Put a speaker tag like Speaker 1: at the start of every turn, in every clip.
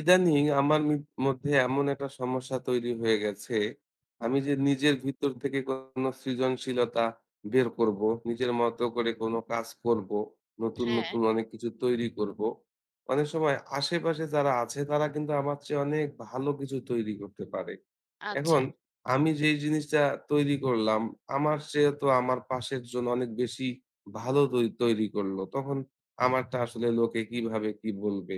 Speaker 1: ইদানিং আমার মধ্যে এমন একটা সমস্যা তৈরি হয়ে গেছে। আমি যে নিজের ভিতর থেকে কোনো সৃজনশীলতা বের করব, নিজের মতো করে কোনো কাজ করব, নতুন,
Speaker 2: হ্যাঁ,
Speaker 1: নতুন অনেক কিছু তৈরি করব। অনেক সময় আশেপাশে যারা আছে তারা কিন্তু আমার চেয়ে অনেক ভালো কিছু তৈরি করতে পারে।
Speaker 2: আচ্ছা।
Speaker 1: এখন আমি যেই জিনিসটা তৈরি করলাম, আমার চেয়ে তো আমার পাশের জন অনেক বেশি ভালো তৈরি করল। তখন আমারটা আসলে লোকে কিভাবে কি বলবে?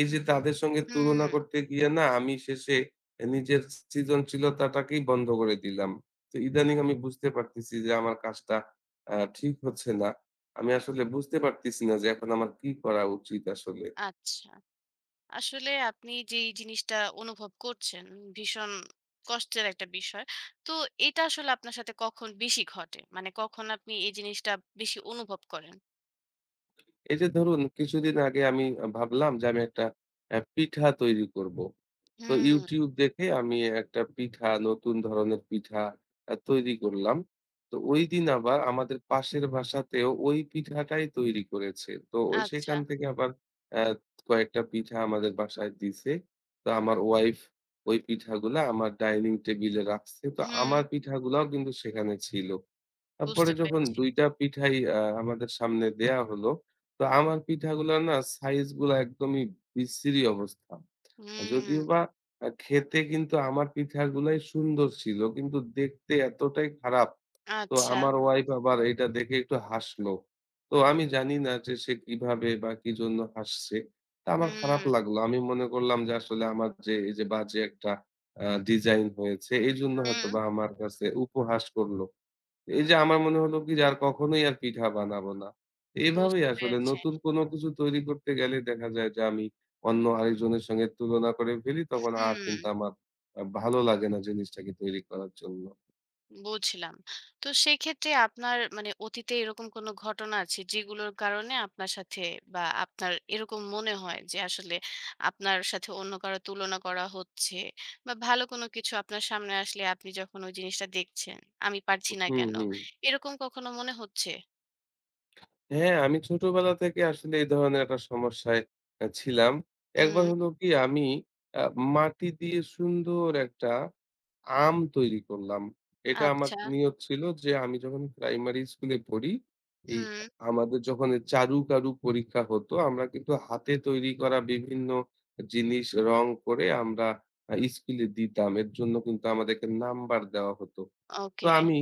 Speaker 1: এই যে তাদের সঙ্গে তুলনা
Speaker 2: হুম,
Speaker 1: করতে গিয়ে না আমি শেষে নিজের সৃজনশীলতাটাকেই বন্ধ করে দিলাম। তো ইদানিং আমি বুঝতে পারতেছি যে আমার কাজটা ঠিক হচ্ছে না। আমি আসলে বুঝতে পারতেছি না যে এখন আমার কি করা উচিত আসলে?
Speaker 2: আচ্ছা। আসলে আপনি যেই জিনিসটা অনুভব করছেন, ভীষণ কষ্টের একটা বিষয়। তো এটা আসলে আপনার সাথে কখন বেশি ঘটে? মানে কখন আপনি এই জিনিসটা বেশি অনুভব করেন?
Speaker 1: এই যে ধরুন কিছুদিন আগে আমি ভাবলাম যে আমি একটা পিঠা তৈরি করব। তো
Speaker 2: হুম,
Speaker 1: YouTube দেখে আমি একটা পিঠা, নতুন ধরনের পিঠা তৈরি করলাম। তো ঐদিন আবার আমাদের পাশের বাসাতেও ওই পিঠাটাই তৈরি করেছে। তো ও
Speaker 2: আচ্ছা।
Speaker 1: সেখান থেকে আবার অ্যা কয়েকটা পিঠা আমাদের বাসায় দিছে। তো আমার ওয়াইফ ওই পিঠাগুলা আমার ডাইনিং টেবিলে রাখছে। তো
Speaker 2: হুম,
Speaker 1: আমার পিঠাগুলাও কিন্তু সেখানে ছিল। তারপরে
Speaker 2: বুঝতে
Speaker 1: যখন
Speaker 2: পেরেছি।
Speaker 1: ২টা টা পিঠাই আমাদের সামনে দেয়া হলো, তো আমার পিঠাগুলার না সাইজগুলা একদমই বিশ্রী অবস্থা।
Speaker 2: হুম,
Speaker 1: যদিও বা খেতে কিন্তু আমার পিঠাগুলাই সুন্দর ছিল। কিন্তু দেখতে এতটাই খারাপ। তো
Speaker 2: আচ্ছা।
Speaker 1: আমার ওয়াইফ আবার এটা দেখে একটু হাসলো। তো আমি জানি না যে সে কিভাবে বা কিজন্য হাসছে। তা আমার খারাপ
Speaker 2: হুম,
Speaker 1: লাগলো। আমি মনে করলাম যে আসলে আমার যে এই যে বাজে একটা ডিজাইন হয়েছে, এজন্য
Speaker 2: হুম,
Speaker 1: হয়তোবা আমার কাছে উপহাস করলো। এই যে আমার মনে হলো কি যে আর কখনোই আর পিঠা বানাবো না। এভাবেই
Speaker 2: বুঝতে
Speaker 1: আসলে
Speaker 2: পেরেছি।
Speaker 1: নতুন কোনো কিছু তৈরি করতে গেলে দেখা যায় যে আমি অন্য আরেকজনের সঙ্গে তুলনা করে ফেলি তখন আর কিন্তু
Speaker 2: হুম।
Speaker 1: আমার ভালো লাগে না জিনিসটাকে তৈরি করার জন্য।
Speaker 2: বুঝলাম। তো সেক্ষেত্রে আপনার মানে অতীতে এরকম কোনো ঘটনা আছে যেগুলোর কারণে আপনার সাথে বা আপনার এরকম মনে হয় যে আসলে আপনার সাথে অন্য কারো তুলনা করা হচ্ছে বা ভালো কোনো কিছু আপনার সামনে আসলে আপনি যখন ওই জিনিসটা দেখছেন, আমি পারছি না
Speaker 1: হুম,
Speaker 2: কেন?
Speaker 1: হুম।
Speaker 2: এরকম কখনো মনে হচ্ছে?
Speaker 1: হ্যাঁ, আমি ছোটবেলা থেকে আসলে এই ধরনের একটা সমস্যায় ছিলাম। একবার
Speaker 2: হুম,
Speaker 1: হলো কি আমি আ মাটি দিয়ে সুন্দর একটা আম তৈরি করলাম। এটা আমার
Speaker 2: আচ্ছা,
Speaker 1: নিয়ত ছিল যে আমি যখন প্রাইমারি স্কুলে পড়ি, এই
Speaker 2: হুম,
Speaker 1: আমাদের যখন চারু-কারু পরীক্ষা হতো আমরা কিন্তু হাতে তৈরি করা বিভিন্ন জিনিস রং করে আমরা স্কুলে দিতাম। এর জন্য কিন্তু আমাদেরকে নাম্বার দেওয়া হতো। তো
Speaker 2: ওকে,
Speaker 1: আমি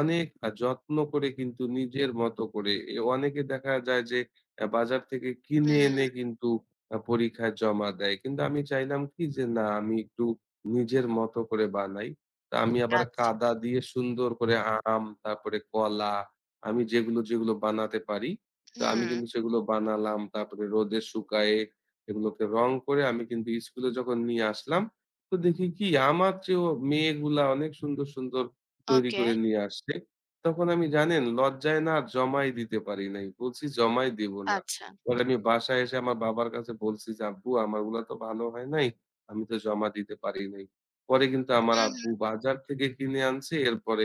Speaker 1: অনেক যত্ন করে কিন্তু নিজের মতো করে অনেকে দেখা যায় যে বাজার থেকে কিনে এনে
Speaker 2: হুম,
Speaker 1: কিন্তু পরীক্ষায় জমা দেয়। কিন্তু আমি চাইলাম কি যে না আমি একটু নিজের মতো করে বানাই। তা আমি আবার
Speaker 2: আচ্ছা,
Speaker 1: কাদা দিয়ে সুন্দর করে আম, তারপরে কলা, আমি যেগুলো বানাতে পারি, তো আমি
Speaker 2: হুম,
Speaker 1: কিন্তু সেগুলো বানালাম। তারপরে রোদে শুকায়ে এগুলোকে রং করে আমি কিন্তু স্কুলে যখন নিয়ে আসলাম, তো দেখি কি আমার চেয়েও মেয়েগুলা অনেক সুন্দর, সুন্দর তৈরি
Speaker 2: ওকে,
Speaker 1: করে নিয়ে আসছে। তখন আমি জানেন লজ্জায় না আর জমায় দিতে পারি নাই। বলছি জমায় দিব না।
Speaker 2: আচ্ছা,
Speaker 1: পরে আমি বাসায় এসে আমার বাবার কাছে বলছি যে, "আব্বু আমারগুলা তো ভালো হয় নাই। আমি তো জমা দিতে পারি নাই।" পরে কিন্তু আমার
Speaker 2: হুম,
Speaker 1: আব্বু
Speaker 2: হুম।
Speaker 1: বাজার থেকে কিনে আনছে এরপরে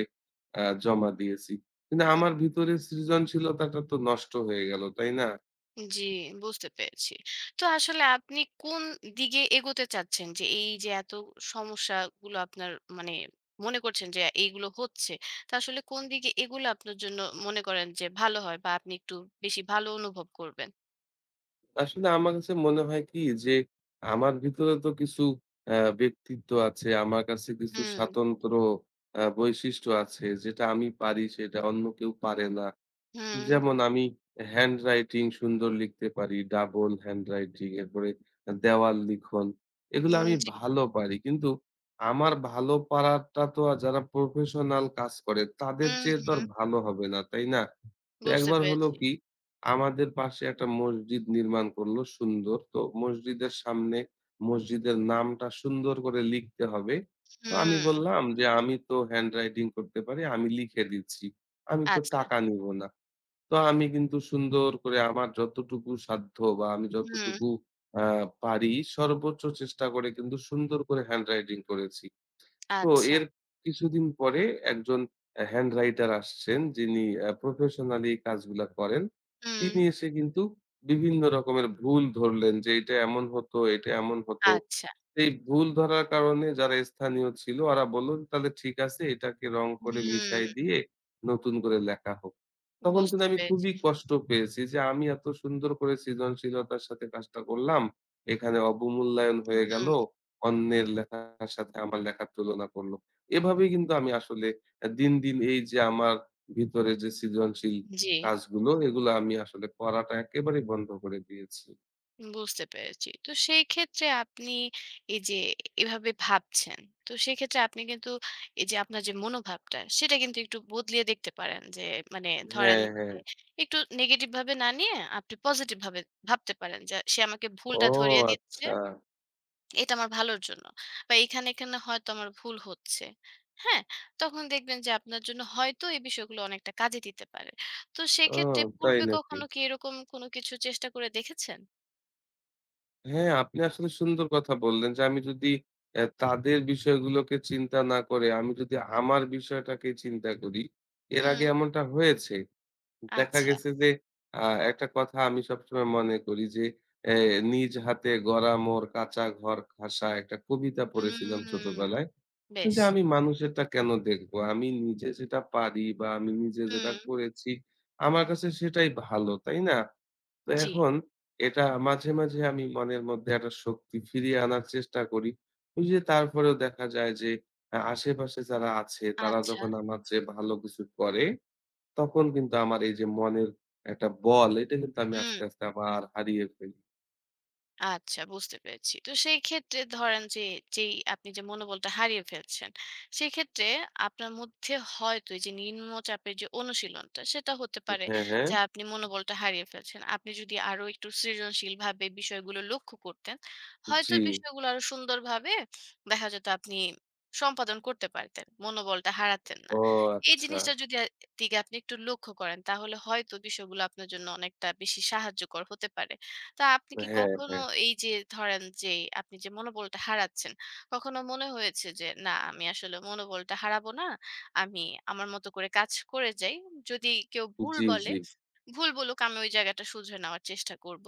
Speaker 1: জমা দিয়েছি। কিন্তু আমার ভিতরে সৃজনশীলতাটা তো নষ্ট হয়ে গেল, তাই না?
Speaker 2: জি, বুঝতে পেরেছি। তো আসলে আপনি কোন দিকে এগোতে চাচ্ছেন? যে এই যে এত সমস্যাগুলো আপনার মানে মনে করছেন যে এইগুলো হচ্ছে, তা আসলে কোন দিকে এগুলো আপনার জন্য মনে করেন যে ভালো হয় বা আপনি একটু বেশি ভালো অনুভব করবেন?
Speaker 1: আসলে আমার কাছে মনে হয় কি যে আমার ভিতরে তো কিছু আ ব্যক্তিত্ব আছে। আমার কাছে কিছু
Speaker 2: হুম,
Speaker 1: স্বাতন্ত্র বৈশিষ্ট্য আছে। যেটা আমি পারি সেটা অন্য কেউ পারে না।
Speaker 2: হুম,
Speaker 1: যেমন আমি হ্যান্ড রাইটিং সুন্দর লিখতে পারি, ডাবল হ্যান্ড রাইটিং, এরপরে দেওয়াল লিখন। এগুলো
Speaker 2: উম
Speaker 1: আমি
Speaker 2: জি।
Speaker 1: ভালো পারি। কিন্তু আমার ভালো পারাটা তো আর যারা প্রফেশনাল কাজ করে তাদের
Speaker 2: হুম,
Speaker 1: চেয়ে তো আর
Speaker 2: হুম,
Speaker 1: ভালো হবে না, তাই না? তো
Speaker 2: বুঝতে
Speaker 1: একবার হলো
Speaker 2: পেরেছি।
Speaker 1: কি আমাদের পাশে একটা মসজিদ নির্মাণ করলো সুন্দর। তো মসজিদের সামনে মসজিদের নামটা সুন্দর করে লিখতে হবে। তো আমি
Speaker 2: হুম,
Speaker 1: বললাম যে, "আমি তো হ্যান্ড রাইটিং করতে পারি, আমি লিখে দিচ্ছি। আমি তো
Speaker 2: আচ্ছা।
Speaker 1: টাকা নিব না।" তো আমি কিন্তু সুন্দর করে আমার যতটুকু সাধ্য বা আমি
Speaker 2: হুম,
Speaker 1: যতটুকু আ পারি সর্বোচ্চ চেষ্টা করে কিন্তু সুন্দর করে হ্যান্ড রাইটিং করেছি। তো
Speaker 2: আচ্ছা।
Speaker 1: এর কিছুদিন পরে একজন হ্যান্ড রাইটার আসছেন যিনি প্রফেশনালি এই কাজগুলা করেন।
Speaker 2: হুম,
Speaker 1: তিনি এসে কিন্তু বিভিন্ন রকমের ভুল ধরলেন যে এটা এমন হতো, এটা এমন হতো।
Speaker 2: আচ্ছা।
Speaker 1: এই ভুল ধরার কারণে যারা স্থানীয় ছিল ওরা বলল, "তাহলে ঠিক আছে এটাকে রং করে মিশায়
Speaker 2: হুম,
Speaker 1: দিয়ে নতুন করে লেখা হোক।" তখন কিন্তু
Speaker 2: বুঝতে
Speaker 1: আমি
Speaker 2: পেরেছি।
Speaker 1: খুবই কষ্ট পেয়েছি যে আমি এত সুন্দর করে সৃজনশীলতার সাথে কাজটা করলাম। এখানে অবমূল্যায়ন হয়ে গেল।
Speaker 2: হুম,
Speaker 1: অন্যের লেখার সাথে আমার লেখার তুলনা করল। এভাবে কিন্তু আমি আসলে দিন, দিন এই যে আমার ভিতরে যে সৃজনশীল
Speaker 2: জি।
Speaker 1: কাজগুলো এগুলো আমি আসলে করাটা একেবারেই বন্ধ করে দিয়েছি।
Speaker 2: বুঝতে পেরেছি। তো সেই ক্ষেত্রে আপনি এই যে এভাবে ভাবছেন, তো সেক্ষেত্রে আপনি কিন্তু এই যে আপনার যে মনোভাবটা সেটা কিন্তু একটু বদলিয়ে দেখতে পারেন। যে মানে ধরেন
Speaker 1: হ্যাঁ, হ্যাঁ।
Speaker 2: যে একটু নেগেটিভ ভাবে না নিয়ে আপনি পজিটিভ ভাবে ভাবতে পারেন যে সে আমাকে
Speaker 1: ও
Speaker 2: ভুলটা ধরিয়ে দিচ্ছে।
Speaker 1: আচ্ছা।
Speaker 2: এটা আমার ভালোর জন্য। বা এখানে, এখানে হয়তো আমার ভুল হচ্ছে। হ্যাঁ? তখন দেখবেন যে আপনার জন্য হয়তো এই বিষয়গুলো অনেকটা কাজে দিতে পারে। তো
Speaker 1: ও
Speaker 2: সেক্ষেত্রে
Speaker 1: তাই
Speaker 2: পূর্বে
Speaker 1: নাকি?
Speaker 2: কখনো কি এরকম কোনো কিছু চেষ্টা করে দেখেছেন?
Speaker 1: হ্যাঁ, আপনি আসলে সুন্দর কথা বললেন যে আমি যদি তাদের বিষয়গুলোকে চিন্তা না করে আমি যদি আমার বিষয়টাকে চিন্তা করি, এর
Speaker 2: হুম।
Speaker 1: আগে এমনটা হয়েছে। দেখা
Speaker 2: আচ্ছা।
Speaker 1: গেছে যে আ একটা কথা আমি সবসময় মনে করি যে অ্যা "নিজ হাতে গড়া মোর কাঁচা ঘর খাসা" একটা কবিতা পড়েছিলাম
Speaker 2: হুম,
Speaker 1: ছোটবেলায়।
Speaker 2: বেশ।
Speaker 1: যে আমি মানুষেরটা কেন দেখবো? আমি নিজে যেটা পারি বা আমি নিজে যেটা
Speaker 2: হুম,
Speaker 1: করেছি আমার কাছে সেটাই ভালো, তাই না? তো
Speaker 2: জি।
Speaker 1: এখন এটা মাঝে, মাঝে আমি মনের মধ্যে একটা শক্তি ফিরিয়ে আনার চেষ্টা করি। ওই যে তারপরেও দেখা যায় যে আশেপাশে যারা আছে তারা
Speaker 2: আচ্ছা।
Speaker 1: যখন আমার চেয়ে ভালো কিছু করে, তখন কিন্তু আমার এই যে মনের একটা বল এটা কিন্তু আমি
Speaker 2: হুম,
Speaker 1: আস্তে, আস্তে আবার হারিয়ে ফেলি।
Speaker 2: আচ্ছা বুঝতে পেরেছি। তো সেই ক্ষেত্রে ধরেন যে, যেই আপনি যে মনোবলটা হারিয়ে ফেলছেন, সেক্ষেত্রে আপনার মধ্যে হয়তো এই যে নিম্নচাপের যে অনুশীলনটা, সেটা হতে পারে
Speaker 1: হ্যাঁ, হ্যাঁ।
Speaker 2: যে আপনি মনোবলটা হারিয়ে ফেলছেন। আপনি যদি আরো একটু সৃজনশীলভাবে বিষয়গুলো লক্ষ্য করতেন, হয়তো
Speaker 1: জি।
Speaker 2: বিষয়গুলো আরো সুন্দরভাবে দেখা যেত আপনি সম্পাদন করতে পারতেন। মনোবলটা হারাতেন না।
Speaker 1: ও
Speaker 2: এই
Speaker 1: আচ্ছা।
Speaker 2: জিনিসটা যদি দিকে আপনি একটু লক্ষ্য করেন, তাহলে হয়তো বিষয়গুলো আপনার জন্য অনেকটা বেশি সাহায্যকর হতে পারে। তা আপনি কি
Speaker 1: হ্যাঁ,
Speaker 2: কখনো
Speaker 1: হ্যাঁ।
Speaker 2: এই যে ধরেন যে আপনি যে মনোবলটা হারাচ্ছেন, কখনো মনে হয়েছে যে না আমি আসলে মনোবলটা হারাবো না। আমি আমার মতো করে কাজ করে যাই। যদি কেউ ভুল
Speaker 1: জি,
Speaker 2: বলে,
Speaker 1: জি।
Speaker 2: ভুল বলুক আমি ওই জায়গাটা শুধরে নেওয়ার চেষ্টা করব।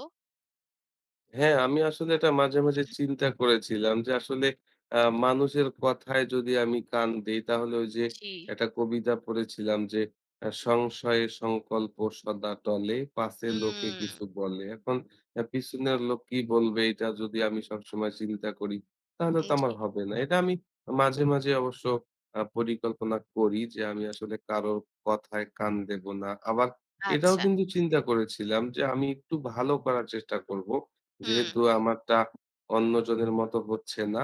Speaker 1: হ্যাঁ, আমি আসলে এটা মাঝে, মাঝে
Speaker 2: উহু,
Speaker 1: চিন্তা করেছিলাম যে আসলে আ মানুষের কথায় যদি আমি কান দেই তাহলে ওই যে
Speaker 2: জি।
Speaker 1: একটা কবিতা পড়েছিলাম যে সংশয়ে সংকল্প সদা টলে, পাছে লোকে
Speaker 2: হুম,
Speaker 1: কিছু বলে। এখন পিছনের লোক কি বলবে এটা যদি আমি সবসময় চিন্তা করি তাহলে তো
Speaker 2: জি।
Speaker 1: আমার হবে না। এটা আমি মাঝে, মাঝে অবশ্য পরিকল্পনা করি যে আমি আসলে কারো কথায় কান দেব না। আবার এটাও
Speaker 2: আচ্ছা।
Speaker 1: কিন্তু চিন্তা করেছিলাম যে আমি একটু ভালো করার চেষ্টা করব।
Speaker 2: হুম,
Speaker 1: যেহেতু আমারটা অন্যজনের মতো হচ্ছে না,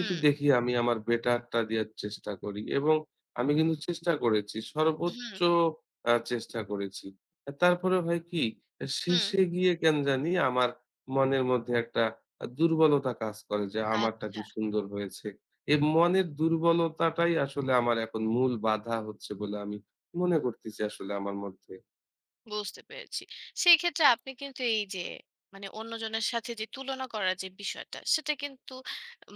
Speaker 1: একটু দেখি আমি আমার বেটারটা দেয়ার চেষ্টা করি এবং আমি কিন্তু চেষ্টা করেছি।
Speaker 2: হুম,
Speaker 1: সর্বোচ্চ চেষ্টা করেছি। তারপরে হয় কি,
Speaker 2: হুম।
Speaker 1: শেষে গিয়ে কেন জানি আমার মনের মধ্যে একটা দুর্বলতা কাজ করে যে, আমারটা কি
Speaker 2: আচ্ছা।
Speaker 1: সুন্দর হয়েছে। এই মনের দুর্বলতাটাই আসলে আমার এখন মূল বাধা হচ্ছে বলে আমি মনে করতেছি আসলে আমার মধ্যে।
Speaker 2: বুঝতে পেরেছি। সেক্ষেত্রে আপনি কিন্তু এই যে মানে অন্যজনের সাথে যে তুলনা করার যে বিষয়টা সেটা কিন্তু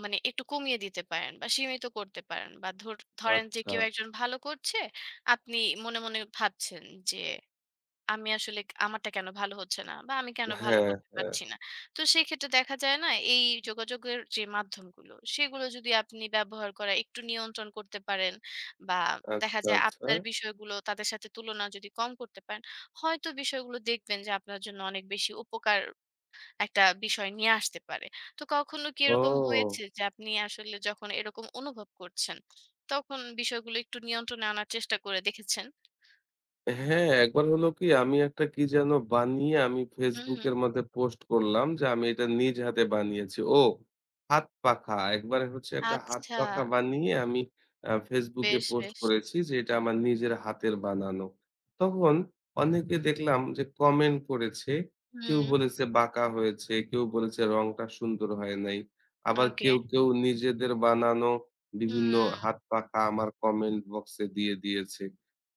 Speaker 2: মানে একটু কমিয়ে দিতে পারেন বা সীমিত করতে পারেন বা ধরেন যে
Speaker 1: আচ্ছা।
Speaker 2: কেউ একজন ভালো করছে আপনি মনে মনে ভাবছেন যে আমি আসলে আমারটা কেন ভালো হচ্ছে না বা আমি কেন ভালো
Speaker 1: হ্যাঁ,
Speaker 2: করতে
Speaker 1: হ্যাঁ।
Speaker 2: পারছি না। তো সেক্ষেত্রে দেখা যায় না এই যোগাযোগের যে মাধ্যমগুলো সেগুলো যদি আপনি ব্যবহার করা একটু নিয়ন্ত্রণ করতে পারেন বা দেখা
Speaker 1: আচ্ছা,
Speaker 2: যায়
Speaker 1: আচ্ছা।
Speaker 2: আপনার বিষয়গুলো তাদের সাথে তুলনা যদি কম করতে পারেন, হয়তো বিষয়গুলো দেখবেন যে আপনার জন্য অনেক বেশি উপকার একটা বিষয় নিয়ে আসতে পারে। তো কখনো কি এরকম
Speaker 1: ও!
Speaker 2: হয়েছে যে আপনি আসলে যখন এরকম অনুভব করছেন, তখন বিষয়গুলো একটু নিয়ন্ত্রণে আনার চেষ্টা করে দেখেছেন?
Speaker 1: হ্যাঁ, একবার হলো কি আমি একটা কি যেন বানিয়ে আমি
Speaker 2: হুম,
Speaker 1: Facebook
Speaker 2: হুম।
Speaker 1: এর মধ্যে পোস্ট করলাম যে আমি এটা নিজ হাতে বানিয়েছি। ও হাত পাখা। একবার হচ্ছে একটা হাত
Speaker 2: আচ্ছা।
Speaker 1: পাখা বানিয়ে আমি Facebook এ
Speaker 2: বেশ,
Speaker 1: পোস্ট
Speaker 2: বেশ।
Speaker 1: করেছি যে এটা আমার নিজের হাতের বানানো। তখন অনেকে দেখলাম যে কমেন্ট করেছে। কেউ
Speaker 2: হুম,
Speaker 1: বলেছে বাঁকা হয়েছে, কেউ বলেছে রংটা সুন্দর হয় নাই। আবার
Speaker 2: ওকে।
Speaker 1: কেউ, কেউ নিজেদের বানানো বিভিন্ন
Speaker 2: হুম,
Speaker 1: হাত পাখা আমার কমেন্ট বক্সে দিয়ে দিয়েছে।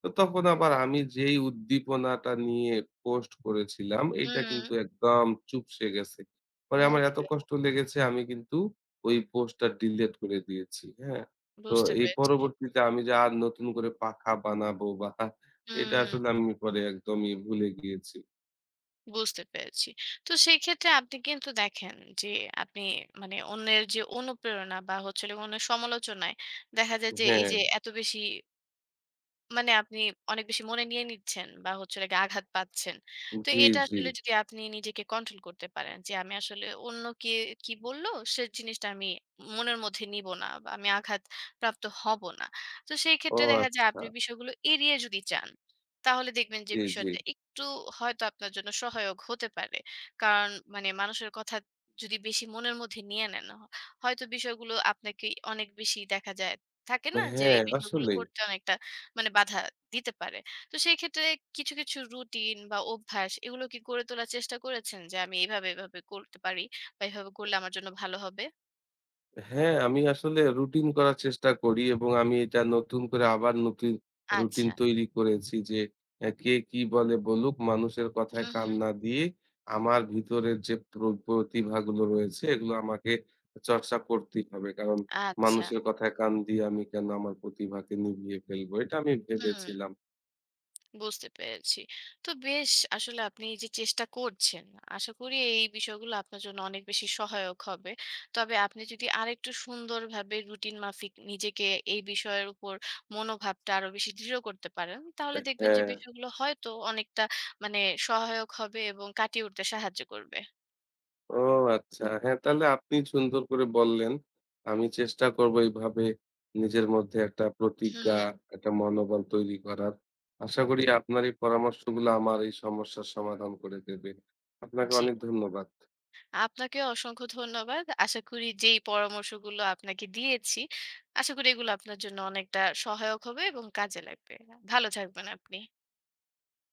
Speaker 1: তো তখন আবার আমি যেই উদ্দীপনাটা নিয়ে পোস্ট করেছিলাম, এইটা
Speaker 2: হুম,
Speaker 1: কিন্তু একদম চুপসে গেছে। পরে আমার এত
Speaker 2: ওকে।
Speaker 1: কষ্ট লেগেছে আমি কিন্তু ওই পোস্টটা ডিলিট করে দিয়েছি। হ্যাঁ? তো
Speaker 2: বুঝতে
Speaker 1: এই
Speaker 2: পেরেছি।
Speaker 1: পরবর্তীতে আমি যে আর নতুন করে পাখা বানাবো বা এটা
Speaker 2: হুম,
Speaker 1: আসলে আমি পরে একদমই ভুলে গিয়েছি।
Speaker 2: বুঝতে পেরেছি। তো সেই ক্ষেত্রে আপনি কিন্তু দেখেন যে আপনি মানে অন্যের যে অনুপ্রেরণা বা হচ্ছে হলো অন্যের সমালোচনায় দেখা যায় যে এই
Speaker 1: হ্যাঁ।
Speaker 2: যে এত বেশি মানে আপনি অনেক বেশি মনে নিয়ে নিচ্ছেন বা হচ্ছে হলো গিয়ে আঘাত পাচ্ছেন। তো
Speaker 1: জি,
Speaker 2: এটা
Speaker 1: জি।
Speaker 2: আসলে যদি আপনি নিজেকে কন্ট্রোল করতে পারেন যে আমি আসলে অন্য কে কি বলল সে জিনিসটা আমি মনের মধ্যে নিব না বা আমি আঘাত প্রাপ্ত হব না। তো সেই
Speaker 1: ও
Speaker 2: ক্ষেত্রে দেখা যায়
Speaker 1: আচ্ছা।
Speaker 2: আপনি বিষয়গুলো এড়িয়ে যদি যান, তাহলে দেখবেন যে
Speaker 1: জি, জি।
Speaker 2: বিষয়টা একটু হয়তো আপনার জন্য সহায়ক হতে পারে। কারণ মানে মানুষের কথা যদি বেশি মনের মধ্যে নিয়ে নেন, হয়তো বিষয়গুলো আপনাকে অনেক বেশি দেখা যায় থাকে না যে
Speaker 1: হ্যাঁ,
Speaker 2: এই বিষয়গুলো
Speaker 1: আসলেই।
Speaker 2: করতে অনেকটা মানে বাধা দিতে পারে। তো সেই ক্ষেত্রে কিছু, কিছু রুটিন বা অভ্যাস এগুলো কি গড়ে তোলার চেষ্টা করেছেন? যে আমি এভাবে, এভাবে করতে পারি বা এভাবে করলে আমার জন্য ভালো হবে?
Speaker 1: হ্যাঁ, আমি আসলে রুটিন করার চেষ্টা করি এবং আমি এটা নতুন করে আবার নতুন রুটিন
Speaker 2: আচ্ছা।
Speaker 1: তৈরি করেছি যে, কে কি বলে বলুক মানুষের কথায়
Speaker 2: হুম,
Speaker 1: কান
Speaker 2: হুম।
Speaker 1: না দিয়ে আমার ভিতরের যে প্রতিভাগুলো রয়েছে এগুলো আমাকে চর্চা করতেই হবে। কারণ
Speaker 2: আচ্ছা।
Speaker 1: মানুষের কথায় কান দিয়ে আমি কেন আমার প্রতিভাকে নিভিয়ে ফেলবো। এটা আমি
Speaker 2: হুম।
Speaker 1: ভেবেছিলাম।
Speaker 2: বুঝতে পেরেছি। তো বেশ আসলে আপনি এই যে চেষ্টা করছেন, আশা করি এই বিষয়গুলো আপনার জন্য অনেক বেশি সহায়ক হবে। তবে আপনি যদি আরেকটু সুন্দরভাবে রুটিন মাফিক নিজেকে এই বিষয়ের উপর মনোভাবটা আরো বেশি দৃঢ় করতে পারেন, তাহলে দেখবেন যে
Speaker 1: হ্যাঁ।
Speaker 2: বিষয়গুলো হয়তো অনেকটা মানে সহায়ক হবে এবং কাটিয়ে উঠতে সাহায্য করবে।
Speaker 1: ও আচ্ছা। হ্যাঁ, তাহলে আপনি সুন্দর করে বললেন। আমি চেষ্টা করব এইভাবে নিজের মধ্যে একটা প্রতিজ্ঞা,
Speaker 2: হুম,
Speaker 1: একটা মনোবল তৈরি করার। আশা করি আপনার এই পরামর্শগুলো আমার এই সমস্যার সমাধান করে দেবে। আপনাকে
Speaker 2: জি।
Speaker 1: অনেক ধন্যবাদ।
Speaker 2: আপনাকে অসংখ্য ধন্যবাদ। আশা করি যেই পরামর্শগুলো আপনাকে দিয়েছি, আশা করি এগুলো আপনার জন্য অনেকটা সহায়ক হবে এবং কাজে লাগবে। ভালো থাকবেন আপনি।